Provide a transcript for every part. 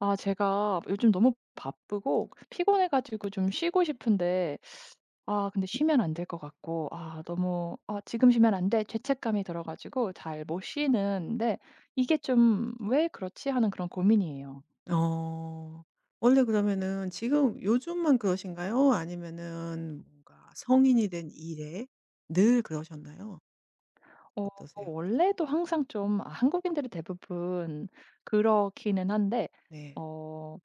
제가 요즘 너무 바쁘고 피곤해 가지고 좀 쉬고 싶은데, 근데 쉬면 안 될 것 같고, 너무 '아 지금 쉬면 안 돼.' 죄책감이 들어 가지고 잘 못 쉬는데, 이게 좀 '왜 그렇지?' 하는 그런 고민이에요. 어. 원래 그러면은 지금 요즘만 그러신가요? 아니면은 뭔가 성인이 된 이래 늘 그러셨나요? 어 어떠세요? 원래도 항상 좀, 한국인들이 대부분 그렇기는 한데, 네. 어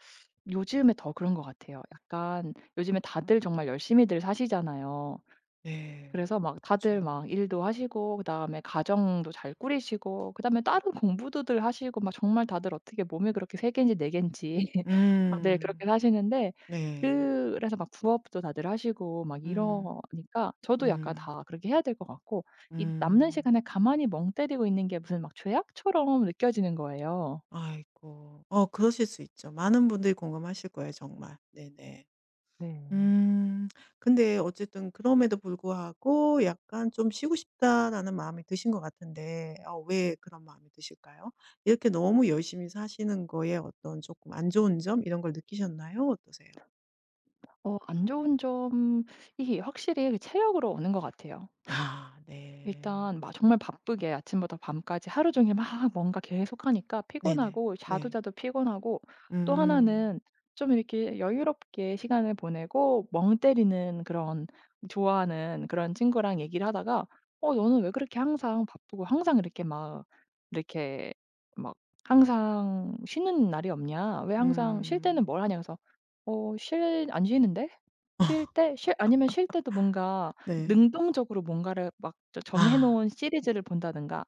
요즘에 더 그런 것 같아요. 약간 요즘에 다들 정말 열심히들 사시잖아요. 네. 그래서 막 그렇 다들 죠 막 일도 하시고, 그다음에 가정도 잘 꾸리시고, 그다음에 다른 공부도들 하시고, 막 정말 다들 어떻게 몸이 그렇게 3 개인지 4 개인지 다들 그렇게 음. 사시는데, 네. 그래서 막 부업도 다들 하시고 막 음. 이러니까, 저도 약간 음. 다 그렇게 해야 될 것 같고, 이 남는 음. 시간에 가만히 멍 때리고 있는 게 무슨 막 죄악처럼 느껴지는 거예요. 아이고. 어 그러실 수 있죠. 많은 분들이 공감하실 거예요 정말. 네네. 네. 음. 근데 어쨌든 그럼에도 불구하고 약간 '좀 쉬고 싶다.'라는 마음이 드신 것 같은데 어 왜 그런 마음이 드실까요? 이렇게 너무 열심히 사시는 거에 어떤 조금 안 좋은 점 이런 걸 느끼셨나요? 어떠세요? 안 좋은 점이 확실히 그 체력으로 오는 것 같아요. 아 네. 일단 막 정말 바쁘게 아침부터 밤까지 하루 종일 막 뭔가 계속 하니까 네네. 피곤하고, 자도 네. 자도 피곤하고. 또 음. 하나는, 좀 이렇게 여유롭게 시간을 보내고 멍 때리는 그런, 좋아하는 그런 친구랑 얘기를 하다가 "어 너는 왜 그렇게 항상 바쁘고 항상 이렇게 막 항상 쉬는 날이 없냐? 왜 항상 쉴 때는 음. 뭘 하냐?" 그래서, "어, 쉴 안 쉬는데? 쉴 때 쉴 아니면 쉴 때도 뭔가 네. 능동적으로 뭔가를 막 저 정해 아. 놓은 시리즈를 본다든가,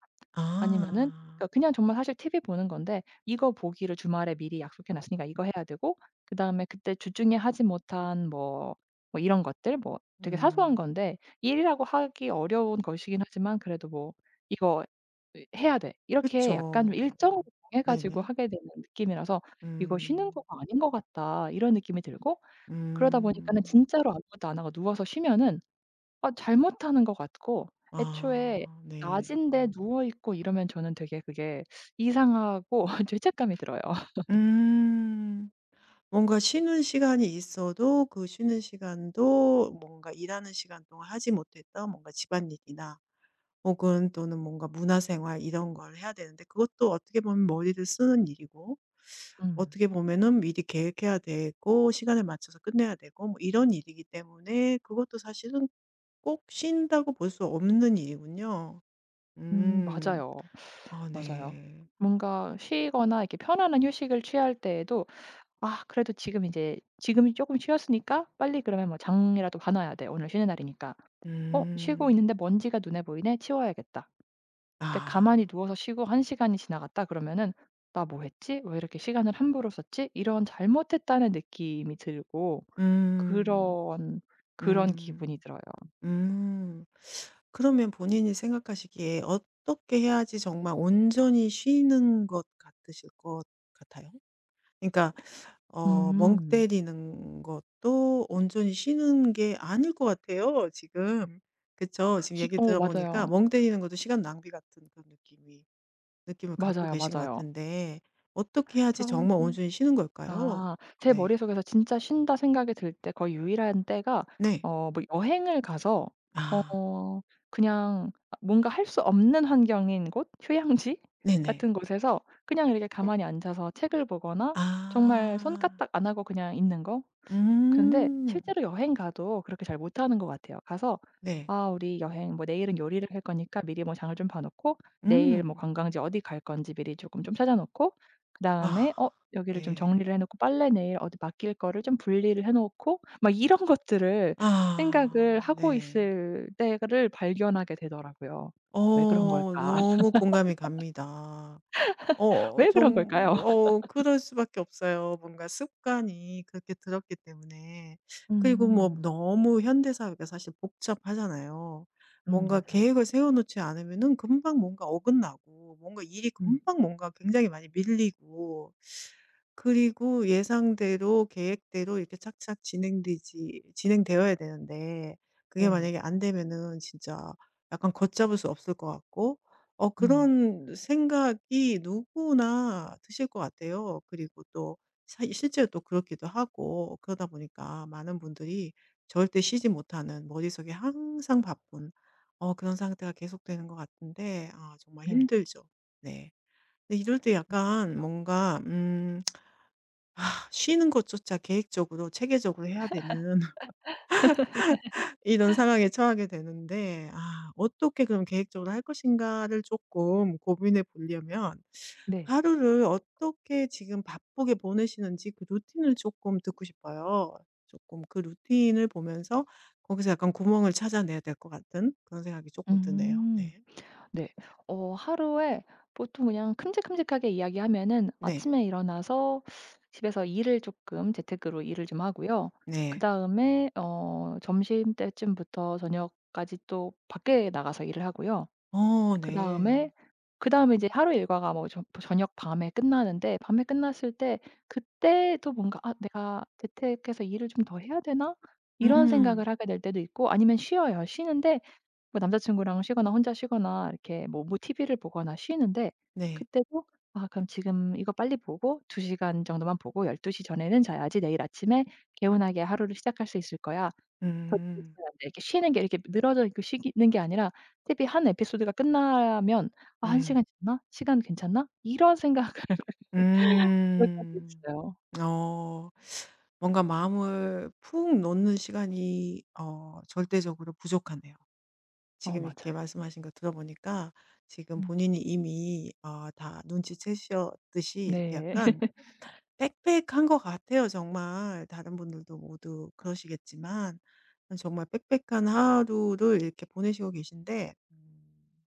아니면은 아. 그러니까 그냥 정말 사실 TV 보는 건데 이거 보기를 주말에 미리 약속해 놨으니까 이거 해야 되고, 그다음에 그때 주중에 하지 못한 뭐, 이런 것들, 뭐 되게 사소한 음. 건데 일이라고 하기 어려운 것이긴 하지만 그래도 뭐 '이거 해야 돼.' 이렇게 약간 좀 그쵸. 일정을 네. 정해 가지고 네네. 하게 되는 느낌이라서 '이거 쉬는 음. 거가 아닌 것 같다.' 이런 느낌이 들고, 그러다 보니까는 음. 진짜로 아무것도 안 하고 누워서 쉬면은 잘못하는 것 같고, 애초에 아 네. 낮인데 누워 있고 이러면 저는 되게 그게 이상하고 죄책감이 들어요. 음. 뭔가 쉬는 시간이 있어도 그 쉬는 시간도 뭔가 일하는 시간 동안 하지 못했던 뭔가 집안일이나 혹은 또는 뭔가 문화생활 이런 걸 해야 되는데 그것도 어떻게 보면 머리를 쓰는 일이고 음. 어떻게 보면은 미리 계획해야 되고 시간에 맞춰서 끝내야 되고 뭐 이런 일이기 때문에 그것도 사실은 꼭 쉰다고 볼 수 없는 일이군요. 음. 맞아요. 아 맞아요. 네. 뭔가 쉬거나 이렇게 편안한 휴식을 취할 때에도, '아 그래도 지금 이제 지금이 쪼 쉬었으니까 빨리 그러면 뭐 장이라도 봐 놔야 돼. 오늘 쉬는 날이니까.' '어 쉬고 음. 있는데 먼지가 눈에 보이네. 치워야겠다.' 근데 가만히 아. 누워서 쉬고 한 시간이 지나갔다 그러면은 '나 뭐 했지? 왜 이렇게 시간을 함부로 썼지?' 이런 '잘못했다.'는 느낌이 들고, 음. 그런 그런 기분이 음. 들어요. 음. 그러면 본인이 생각하시기에 어떻게 해야지 정말 온전히 쉬는 것 같으실 것 같아요? 그러니까 어 멍 음. 때리는 것도 온전히 쉬는 게 아닐 것 같아요 지금. 그쵸? 지금 기 얘기 어 들어 보니까 맞아요. 멍 때리는 것도 시간 낭비 같은 그런 느낌이 느낌을 갖고 맞아요, 계신 것 맞아요. 같은데 어떻게 해야지 그래서, 정말 온전히 쉬는 걸까요? 아. 제 네. 머릿속에서 진짜 쉰다 생각이 들 때 거의 유일한 때가 네. 뭐 여행을 가서, 어 아. 그냥, 뭔가 할 수 없는 환경인 곳, 휴양지 네네. 같은 곳에서 그냥 이렇게 가만히 앉아서 책을 보거나 정말 아. 손까딱 안 하고 그냥 있는 거. 근데 음. 실제로 여행 가도 그렇게 잘 못하는 것 같아요. 가서 네. "아 우리 여행 뭐 내일은 요리를 할 거니까 미리 뭐 장을 좀 봐 놓고, 내일 뭐 음. 관광지 어디 갈 건지 미리 조금 좀 찾아 놓고, 그다음에 아. 여기를 좀 네. 정리를 해 놓고, 빨래 내일 어디 맡길 거를 좀 분리를 해 놓고" 막 이런 것들을 생각을 아. 하고 네. 있을 때를 발견하게 되더라고요. 왜 그런 어 걸까? 너무 공감이 갑니다. 어 왜 그런 좀 걸까요? 어 그럴 수밖에 없어요. 뭔가 습관이 그렇게 들었기 때문에. 그리고 뭐 음. 너무 현대 사회가 사실 복잡하잖아요. 뭔가 맞아요. 계획을 세워 놓지 않으면은 금방 뭔가 어긋나고 뭔가 일이 음. 금방 뭔가 굉장히 많이 밀리고 그리고 예상대로 계획대로 이렇게 착착 진행되지 진행되어야 되는데 그게 네. 만약에 안 되면은 진짜 약간 걷잡을 수 없을 것 같고 어 음. 그런 생각이 누구나 드실 것 같아요. 그리고 또 사 실 제로 또 그렇기도 하고 그러다 보니까 많은 분들이 절대 쉬지 못하는 머릿속에 항상 바쁜 어 그런 상태가 계속되는 것 같은데 아 정말 네. 힘들죠. 네. 근데 이럴 때 약간 뭔가 아 쉬는 것조차 계획적으로 체계적으로 해야 되는 이런 상황에 처하게 되는데 아 어떻게 그럼 계획적으로 할 것인가를 조금 고민해 보려면 네. 하루를 어떻게 지금 바쁘게 보내시는지 그 루틴을 조금 듣고 싶어요. 조금 그 루틴을 보면서 거기서 약간 구멍을 찾아내야 될 것 같은 그런 생각이 조금 드네요. 음. 네. 네. 하루에 보통 그냥 큼직큼직하게 이야기하면은, 네. 아침에 일어나서 집에서 일을 조금 재택으로 일을 좀 하고요. 네. 그다음에 점심때쯤부터 저녁까지 또 밖에 나가서 일을 하고요. 어 그다음에, 네. 이제 하루 일과가 뭐저 뭐 저녁 밤에 끝나는데, 밤에 끝났을 때 그때 또 뭔가 '아 내가 재택해서 일을 좀 더 해야 되나?' 이런 생각을 음. 하게 될 때도 있고, 아니면 쉬어요. 쉬는데, 뭐 남자친구랑 쉬거나 혼자 쉬거나 이렇게 뭐, TV를 보거나 쉬는데, 네. 그때도 '아 그럼 지금 이거 빨리 보고 2 시간 정도만 보고 12시 전에는 자야지, 내일 아침에 개운하게 하루를 시작할 수 있을 거야. 더늦 음. 면안 돼.' 이렇게 쉬는 게 이렇게 늘어져 있고 쉬는 게 아니라, TV 한 에피소드가 끝나면 '아 1 음. 시간 지났나? 시간 괜찮나?' 이런 생각을 할 때도 음. 있어요. 어. 뭔가 마음을 푹 놓는 시간이 어 절대적으로 부족하네요. 어 지금 이렇게 맞아요. 말씀하신 거 들어보니까 지금 음. 본인이 이미 아, 다 눈치채셨듯이 이렇게 네. 약간 빽빽한 것 같아요 정말. 다른 분들도 모두 그러시겠지만 정말 빽빽한 하루를 이렇게 보내시고 계신데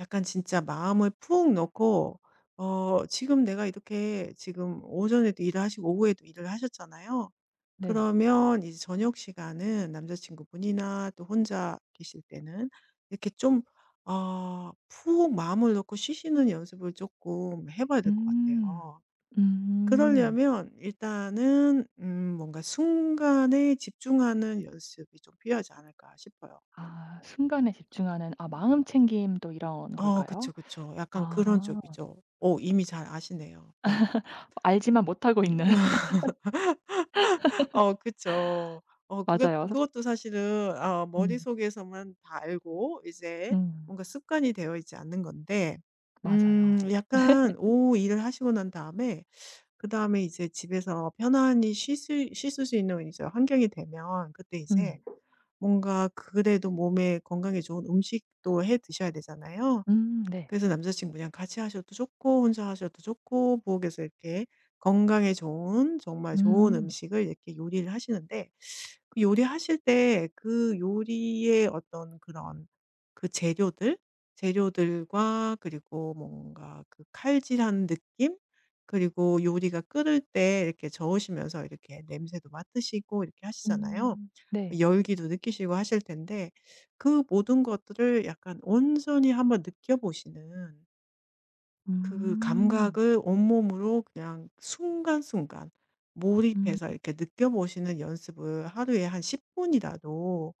약간 진짜 마음을 푹 넣고 어 지금 내가 이렇게 지금 오전에도 일을 하시고 오후에도 일을 하셨잖아요. 네. 그러면 이제 저녁 시간은 남자친구분이나 또 혼자 계실 때는 이렇게 좀 어 푹 마음을 넣고 쉬시는 연습을 조금 해 봐야 될 것 음. 같아요. 음. 그러려면 일단은 뭔가 '순간에 집중하는 연습이 좀 필요하지 않을까?' 싶어요. 순간에 집중하는, 아, 마음 챙김도 이런 어 걸까요? 그쵸, 그쵸. 약간 아, 그런 쪽이죠. 오 이미 잘 아시네요. 네. 알지만 못하고 있는. 어 그쵸. 어 그것 맞아요. 그것도 사실은 어, 음. 머릿속에서만 다 알고 이제 음. 뭔가 습관이 되어 있지 않는 건데 맞아요. 약간 오후 일을 하시고 난 다음에 그다음에 이제 집에서 편안히 쉴 수 쉴수 있는 이제 환경이 되면 그때 이제 음. 뭔가 그래도 몸에 건강에 좋은 음식도 해 드셔야 되잖아요. 네. 그래서 남자친구랑 같이 하셔도 좋고 혼자 하셔도 좋고 부엌에서 이렇게 건강에 좋은 정말 좋은 음. 음식을 이렇게 요리를 하시는데 그 요리하실 때 그 요리의 어떤 그런 그 재료들과 그리고 뭔가 그 칼질한 느낌 그리고 요리가 끓을 때 이렇게 저으시면서 이렇게 냄새도 맡으시고 이렇게 하시잖아요. 음. 네. 열기도 느끼시고 하실 텐데 그 모든 것들을 약간 온전히 한번 느껴보시는 그 음. 감각을 온몸으로 그냥 순간순간 음 몰입해서 이렇게 느껴보시는 연습을 하루에 한 10분이라도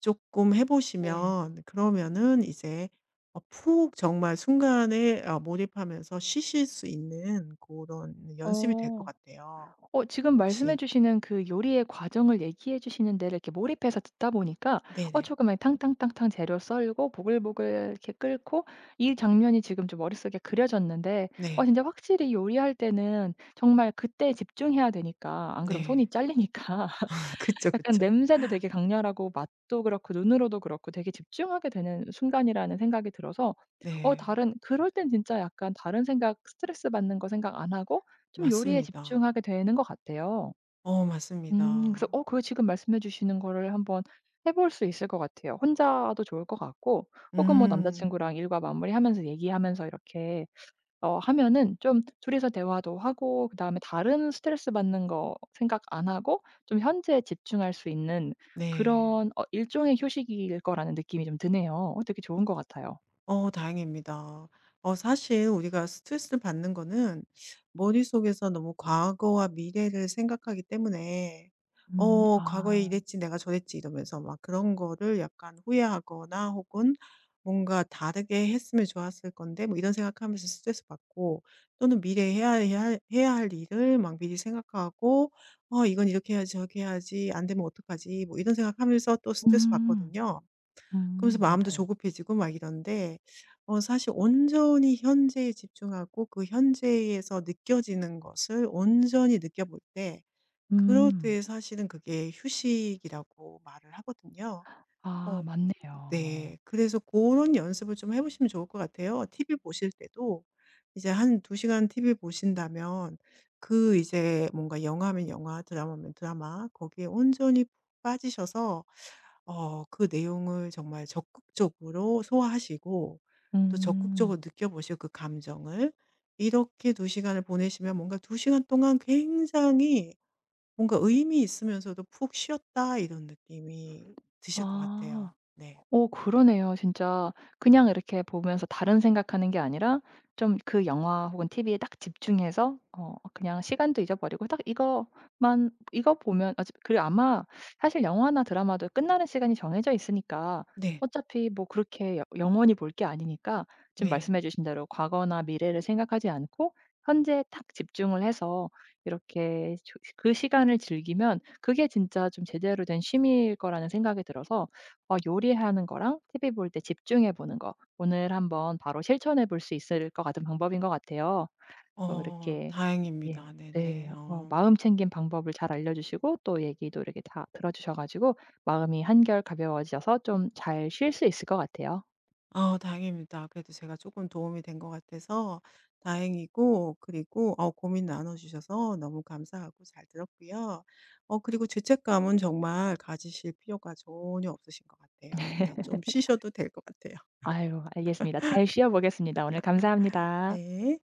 조금 해 네. 보시면 그러면은 이제 어 푹 정말 순간에 어 몰입하면서 쉬실 수 있는 그런 연습이 될 것 어. 같아요. 지금 말씀해 혹시 주시는 그 요리의 과정을 얘기해 주시는 데를 이렇게 몰입해서 듣다 보니까, 네네. 조금만 탕탕탕탕 재료 썰고 보글보글 이렇게 끓고, 이 장면이 지금 좀 머릿속에 그려졌는데, 네. 진짜 확실히 요리할 때는 정말 그때 집중해야 되니까, 안 그러면 손이 네. 잘리니까 그쵸, 약간 그쵸. 냄새도 되게 강렬하고 맛도 그렇고 눈으로도 그렇고 되게 집중하게 되는 순간이라는 생각이 들어서, 네. 다른, 그럴 땐 진짜 약간 다른 생각 스트레스 받는 거 생각 안 하고 좀 요리에 맞습니다. 집중하게 되는 것 같아요. 어 그래서 맞습니다. 그 지금 말씀해 주시는 거를 한번 해볼 수 있을 것 같아요. 혼자도 좋을 것 같고, 혹은 뭐 음. 남자친구랑 일과 마무리하면서 얘기하면서 이렇게 하면은 좀 둘이서 대화도 하고, 그다음에 다른 스트레스 받는 거 생각 안 하고 좀 현재에 집중할 수 있는 네. 그런 일종의 휴식일 거라는 느낌이 좀 드네요. 되게 좋은 것 같아요. 어 다행입니다. 어 사실 우리가 스트레스를 받는 거는 머릿속에서 너무 과거와 미래를 생각하기 때문에 음. 어 '과거에 아. 이랬지. 내가 저랬지.' 이러면서 막 그런 거를 약간 후회하거나 혹은 '뭔가 다르게 했으면 좋았을 건데.' 뭐 이런 생각하면서 스트레스 받고 또는 미래에 해야 할 일을 막 미리 생각하고 '어 이건 이렇게 해야지 저렇게 해야지. 안 되면 어떡하지.' 뭐 이런 생각하면서 또 스트레스 음. 받거든요. 그러면서 음. 마음도 맞아요. 조급해지고 막 이런데 어 사실 온전히 현재에 집중하고 그 현재에서 느껴지는 것을 온전히 느껴볼 때 그럴 음. 때 사실은 그게 휴식이라고 말을 하거든요. 아 어 맞네요. 네. 그래서 고런 연습을 좀 해 보시면 좋을 것 같아요. TV 보실 때도 이제 한 두 시간 TV 보신다면 그 이제 뭔가 영화면 영화, 드라마면 드라마 거기에 온전히 빠지셔서 어 그 내용을 정말 적극적으로 소화하시고 또 음. 적극적으로 느껴보시고 그 감정을 이렇게 두 시간을 보내시면 뭔가 두 시간 동안 굉장히 뭔가 의미 있으면서도 '푹 쉬었다.' 이런 느낌이 드실 것 아. 같아요. 네. 오, 그러네요 진짜. 그냥 이렇게 보면서 다른 생각하는 게 아니라, 좀 그 영화 혹은 TV에 딱 집중해서 그냥 시간도 잊어버리고 딱 이거만, 이거 보면 어차 그리고 아마 사실 영화나 드라마도 끝나는 시간이 정해져 있으니까, 네. 어차피 뭐 그렇게 여 영원히 볼 게 아니니까 지금 네. 말씀해 주신 대로 과거나 미래를 생각하지 않고 현재에 딱 집중을 해서 이렇게 조 그 시간을 즐기면 그게 진짜 좀 제대로 된 취미일 거라는 생각이 들어서 요리하는 거랑 TV 볼 때 집중해 보는 거 오늘 한번 바로 실천해 볼 수 있을 것 같은 방법인 것 같아요. 또 어 이렇게, 예. 다행입니다. 네. 네네. 어. 마음 챙김 방법을 잘 알려 주시고 또 얘기도 이렇게 다 들어 주셔 가지고 마음이 한결 가벼워져서 좀 잘 쉴 수 있을 것 같아요. 아 다행입니다. 그래도 제가 조금 도움이 된 것 같아서 다행이고 그리고 어 고민 나눠 주셔서 너무 감사하고 잘 들었고요. 어 그리고 죄책감은 정말 가지실 필요가 전혀 없으신 것 같아요. 네 좀 쉬셔도 될 것 같아요. 아유 알겠습니다. 잘 쉬어 보겠습니다. 오늘 감사합니다. 네.